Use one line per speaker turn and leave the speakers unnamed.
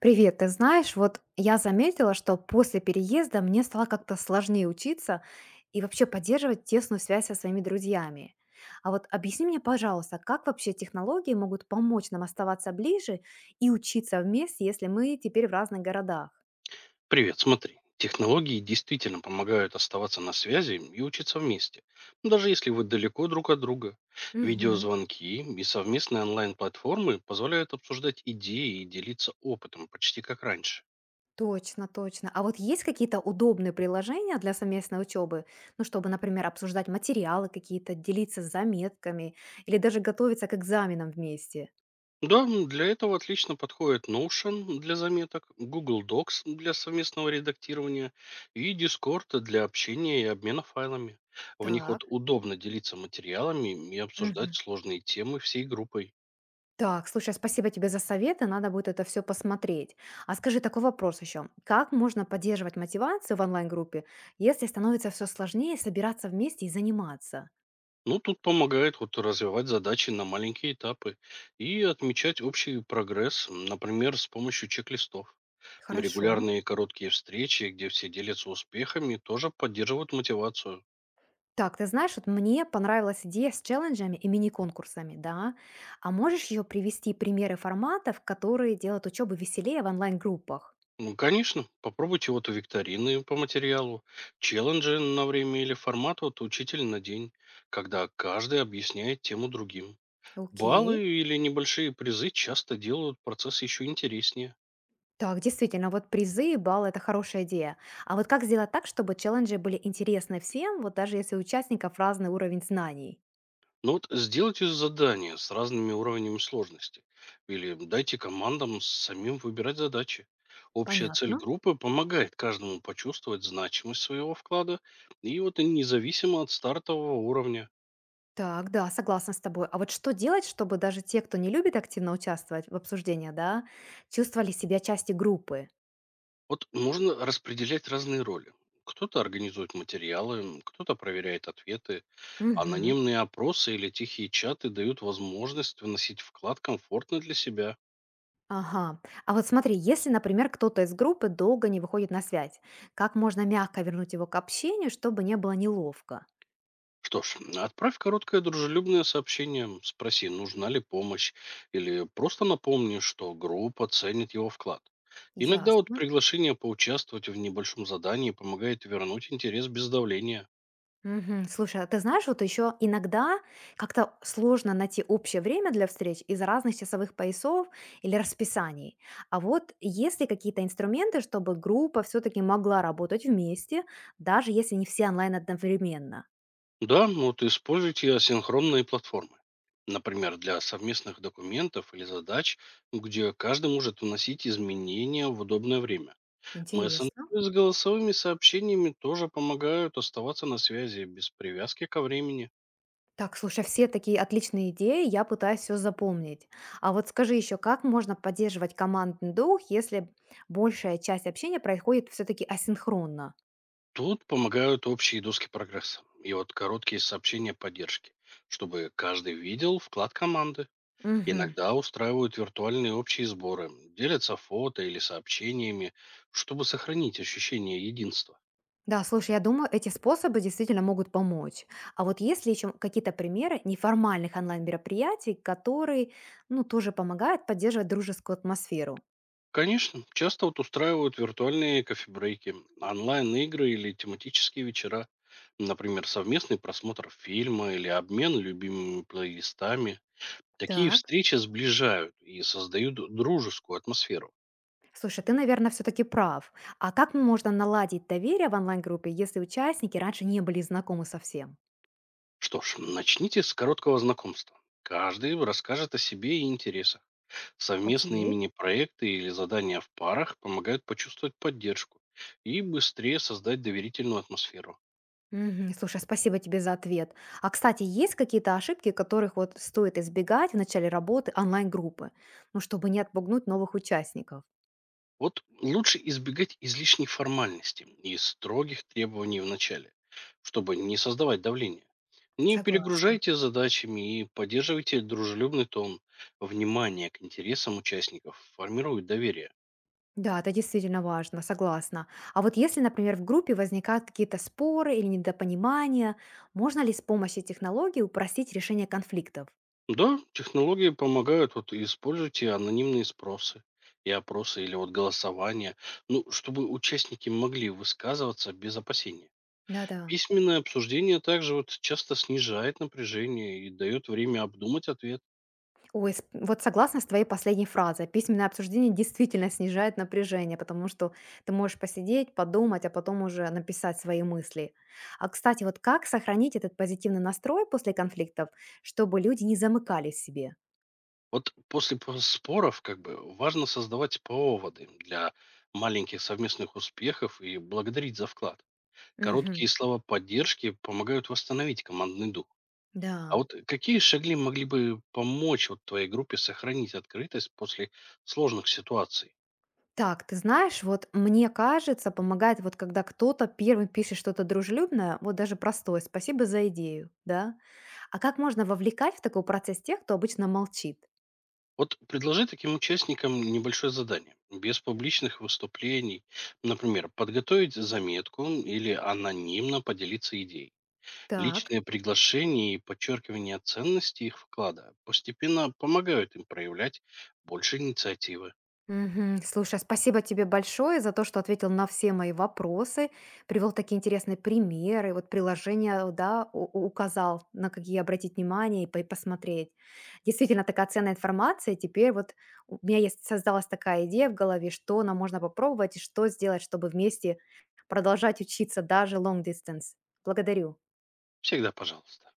Привет, ты знаешь, вот я заметила, что после переезда мне стало как-то сложнее учиться и вообще поддерживать тесную связь со своими друзьями. А вот объясни мне, пожалуйста, как вообще технологии могут помочь нам оставаться ближе и учиться вместе, если мы теперь в разных городах?
Привет, смотри. Технологии действительно помогают оставаться на связи и учиться вместе, ну, даже если вы далеко друг от друга.
Мгм.
Видеозвонки и совместные онлайн-платформы позволяют обсуждать идеи и делиться опытом почти как раньше.
Точно, точно. А вот есть какие-то удобные приложения для совместной учебы? Ну, чтобы, например, обсуждать материалы какие-то, делиться заметками или даже готовиться к экзаменам вместе.
Да, для этого отлично подходят Notion для заметок, Google Docs для совместного редактирования и Discord для общения и обмена файлами. В них
Так.
вот удобно делиться материалами и обсуждать
Мгм.
сложные темы всей группой.
Так, слушай, спасибо тебе за советы, надо будет это все посмотреть. А скажи такой вопрос еще. Как можно поддерживать мотивацию в онлайн-группе, если становится все сложнее собираться вместе и заниматься?
Ну, тут помогает вот развивать задачи на маленькие этапы и отмечать общий прогресс, например, с помощью чек-листов. М,
Хорошо.
Регулярные короткие встречи, где все делятся успехами, тоже поддерживают мотивацию.
Так, ты знаешь, вот мне понравилась идея с челленджами и мини-конкурсами, да? А можешь еще привести примеры форматов, которые делают учебу веселее в онлайн-группах?
Ну, конечно, попробуйте вот викторины по материалу, челленджи на время или формат от учитель на день, когда каждый объясняет тему другим.
Окей.
Баллы или небольшие призы часто делают процесс еще интереснее.
Так, действительно, вот призы и баллы– это хорошая идея. А вот как сделать так, чтобы челленджи были интересны всем, вот даже если у участников разный уровень знаний?
Ну вот сделайте задания с разными уровнями сложности. Или дайте командам самим выбирать задачи. Общая цель
Понятно.
группы помогает каждому почувствовать значимость своего вклада и вот и независимо от стартового уровня.
Так, да, согласна с тобой. А вот что делать, чтобы даже те, кто не любит активно участвовать в обсуждении, да, чувствовали себя частью группы?
Вот можно распределять разные роли. Кто-то организует материалы, кто-то проверяет ответы.
Мгм.
Анонимные опросы или тихие чаты дают возможность вносить вклад комфортно для себя.
Ага. А вот смотри, если, например, кто-то из группы долго не выходит на связь, как можно мягко вернуть его к общению, чтобы не было неловко?
Что ж, отправь короткое дружелюбное сообщение, спроси, нужна ли помощь, или просто напомни, что группа ценит его вклад. Иногда вот
Ясно.
приглашение поучаствовать в небольшом задании помогает вернуть интерес без давления.
Мгм. Слушай, а ты знаешь, вот еще иногда как-то сложно найти общее время для встреч из разных часовых поясов или расписаний. А вот есть ли какие-то инструменты, чтобы группа все-таки могла работать вместе, даже если не все онлайн одновременно?
Да, вот используйте асинхронные платформы. Например, для совместных документов или задач, где каждый может вносить изменения в удобное время. Мессенджеры
Интересно.
с голосовыми сообщениями тоже помогают оставаться на связи без привязки ко времени.
Так, слушай, все такие отличные идеи, я пытаюсь все запомнить. А вот скажи еще, как можно поддерживать командный дух, если большая часть общения происходит все-таки асинхронно?
Тут помогают общие доски прогресса и вот короткие сообщения поддержки, чтобы каждый видел вклад команды.
Мгм.
Иногда устраивают виртуальные общие сборы, делятся фото или сообщениями, чтобы сохранить ощущение единства.
Да, слушай, я думаю, эти способы действительно могут помочь. А вот есть ли еще какие-то примеры неформальных онлайн-мероприятий, которые, ну, тоже помогают поддерживать дружескую атмосферу?
Конечно, часто вот устраивают виртуальные кофебрейки, онлайн-игры или тематические вечера. Например, совместный просмотр фильма или обмен любимыми плейлистами. Такие
Так.
встречи сближают и создают дружескую атмосферу.
Слушай, ты, наверное, все-таки прав. А как можно наладить доверие в онлайн-группе, если участники раньше не были знакомы совсем?
Что ж, начните с короткого знакомства. Каждый расскажет о себе и интересах. Совместные
Окей.
мини-проекты или задания в парах помогают почувствовать поддержку и быстрее создать доверительную атмосферу.
Мгм. Слушай, спасибо тебе за ответ. А, кстати, есть какие-то ошибки, которых вот стоит избегать в начале работы онлайн-группы, ну, чтобы не отпугнуть новых участников?
Вот лучше избегать излишней формальности и строгих требований в начале, чтобы не создавать давления. Не
Согласна.
перегружайте задачами и поддерживайте дружелюбный тон. Внимание к интересам участников формирует доверие.
Да, это действительно важно, согласна. А вот если, например, в группе возникают какие-то споры или недопонимания, можно ли с помощью технологий упростить решение конфликтов?
Да, технологии помогают, вот используйте анонимные спросы и опросы или вот голосование, ну, чтобы участники могли высказываться без опасения.
Да-да.
Письменное обсуждение также вот часто снижает напряжение и дает время обдумать ответ.
Вот согласна с твоей последней фразой, письменное обсуждение действительно снижает напряжение, потому что ты можешь посидеть, подумать, а потом уже написать свои мысли. А, кстати, вот как сохранить этот позитивный настрой после конфликтов, чтобы люди не замыкались в себе?
Вот после споров как бы важно создавать поводы для маленьких совместных успехов и благодарить за вклад.
Мгм.
Короткие слова поддержки помогают восстановить командный дух. А
Да.
вот какие шаги могли бы помочь вот твоей группе сохранить открытость после сложных ситуаций?
Так, ты знаешь, вот мне кажется, помогает вот когда кто-то первым пишет что-то дружелюбное, вот даже простое «спасибо за идею», да? А как можно вовлекать в такой процесс тех, кто обычно молчит?
Вот предложи таким участникам небольшое задание, без публичных выступлений. Например, подготовить заметку или анонимно поделиться идеей.
Так.
Личные приглашения и подчеркивание ценности их вклада постепенно помогают им проявлять больше инициативы.
Мгм. Слушай, а спасибо тебе большое за то, что ответил на все мои вопросы, привел такие интересные примеры, вот приложения, да, указал, на какие обратить внимание и посмотреть. Действительно, такая ценная информация. Теперь вот у меня есть, создалась такая идея в голове, что нам можно попробовать и что сделать, чтобы вместе продолжать учиться даже long distance. Благодарю.
Всегда пожалуйста.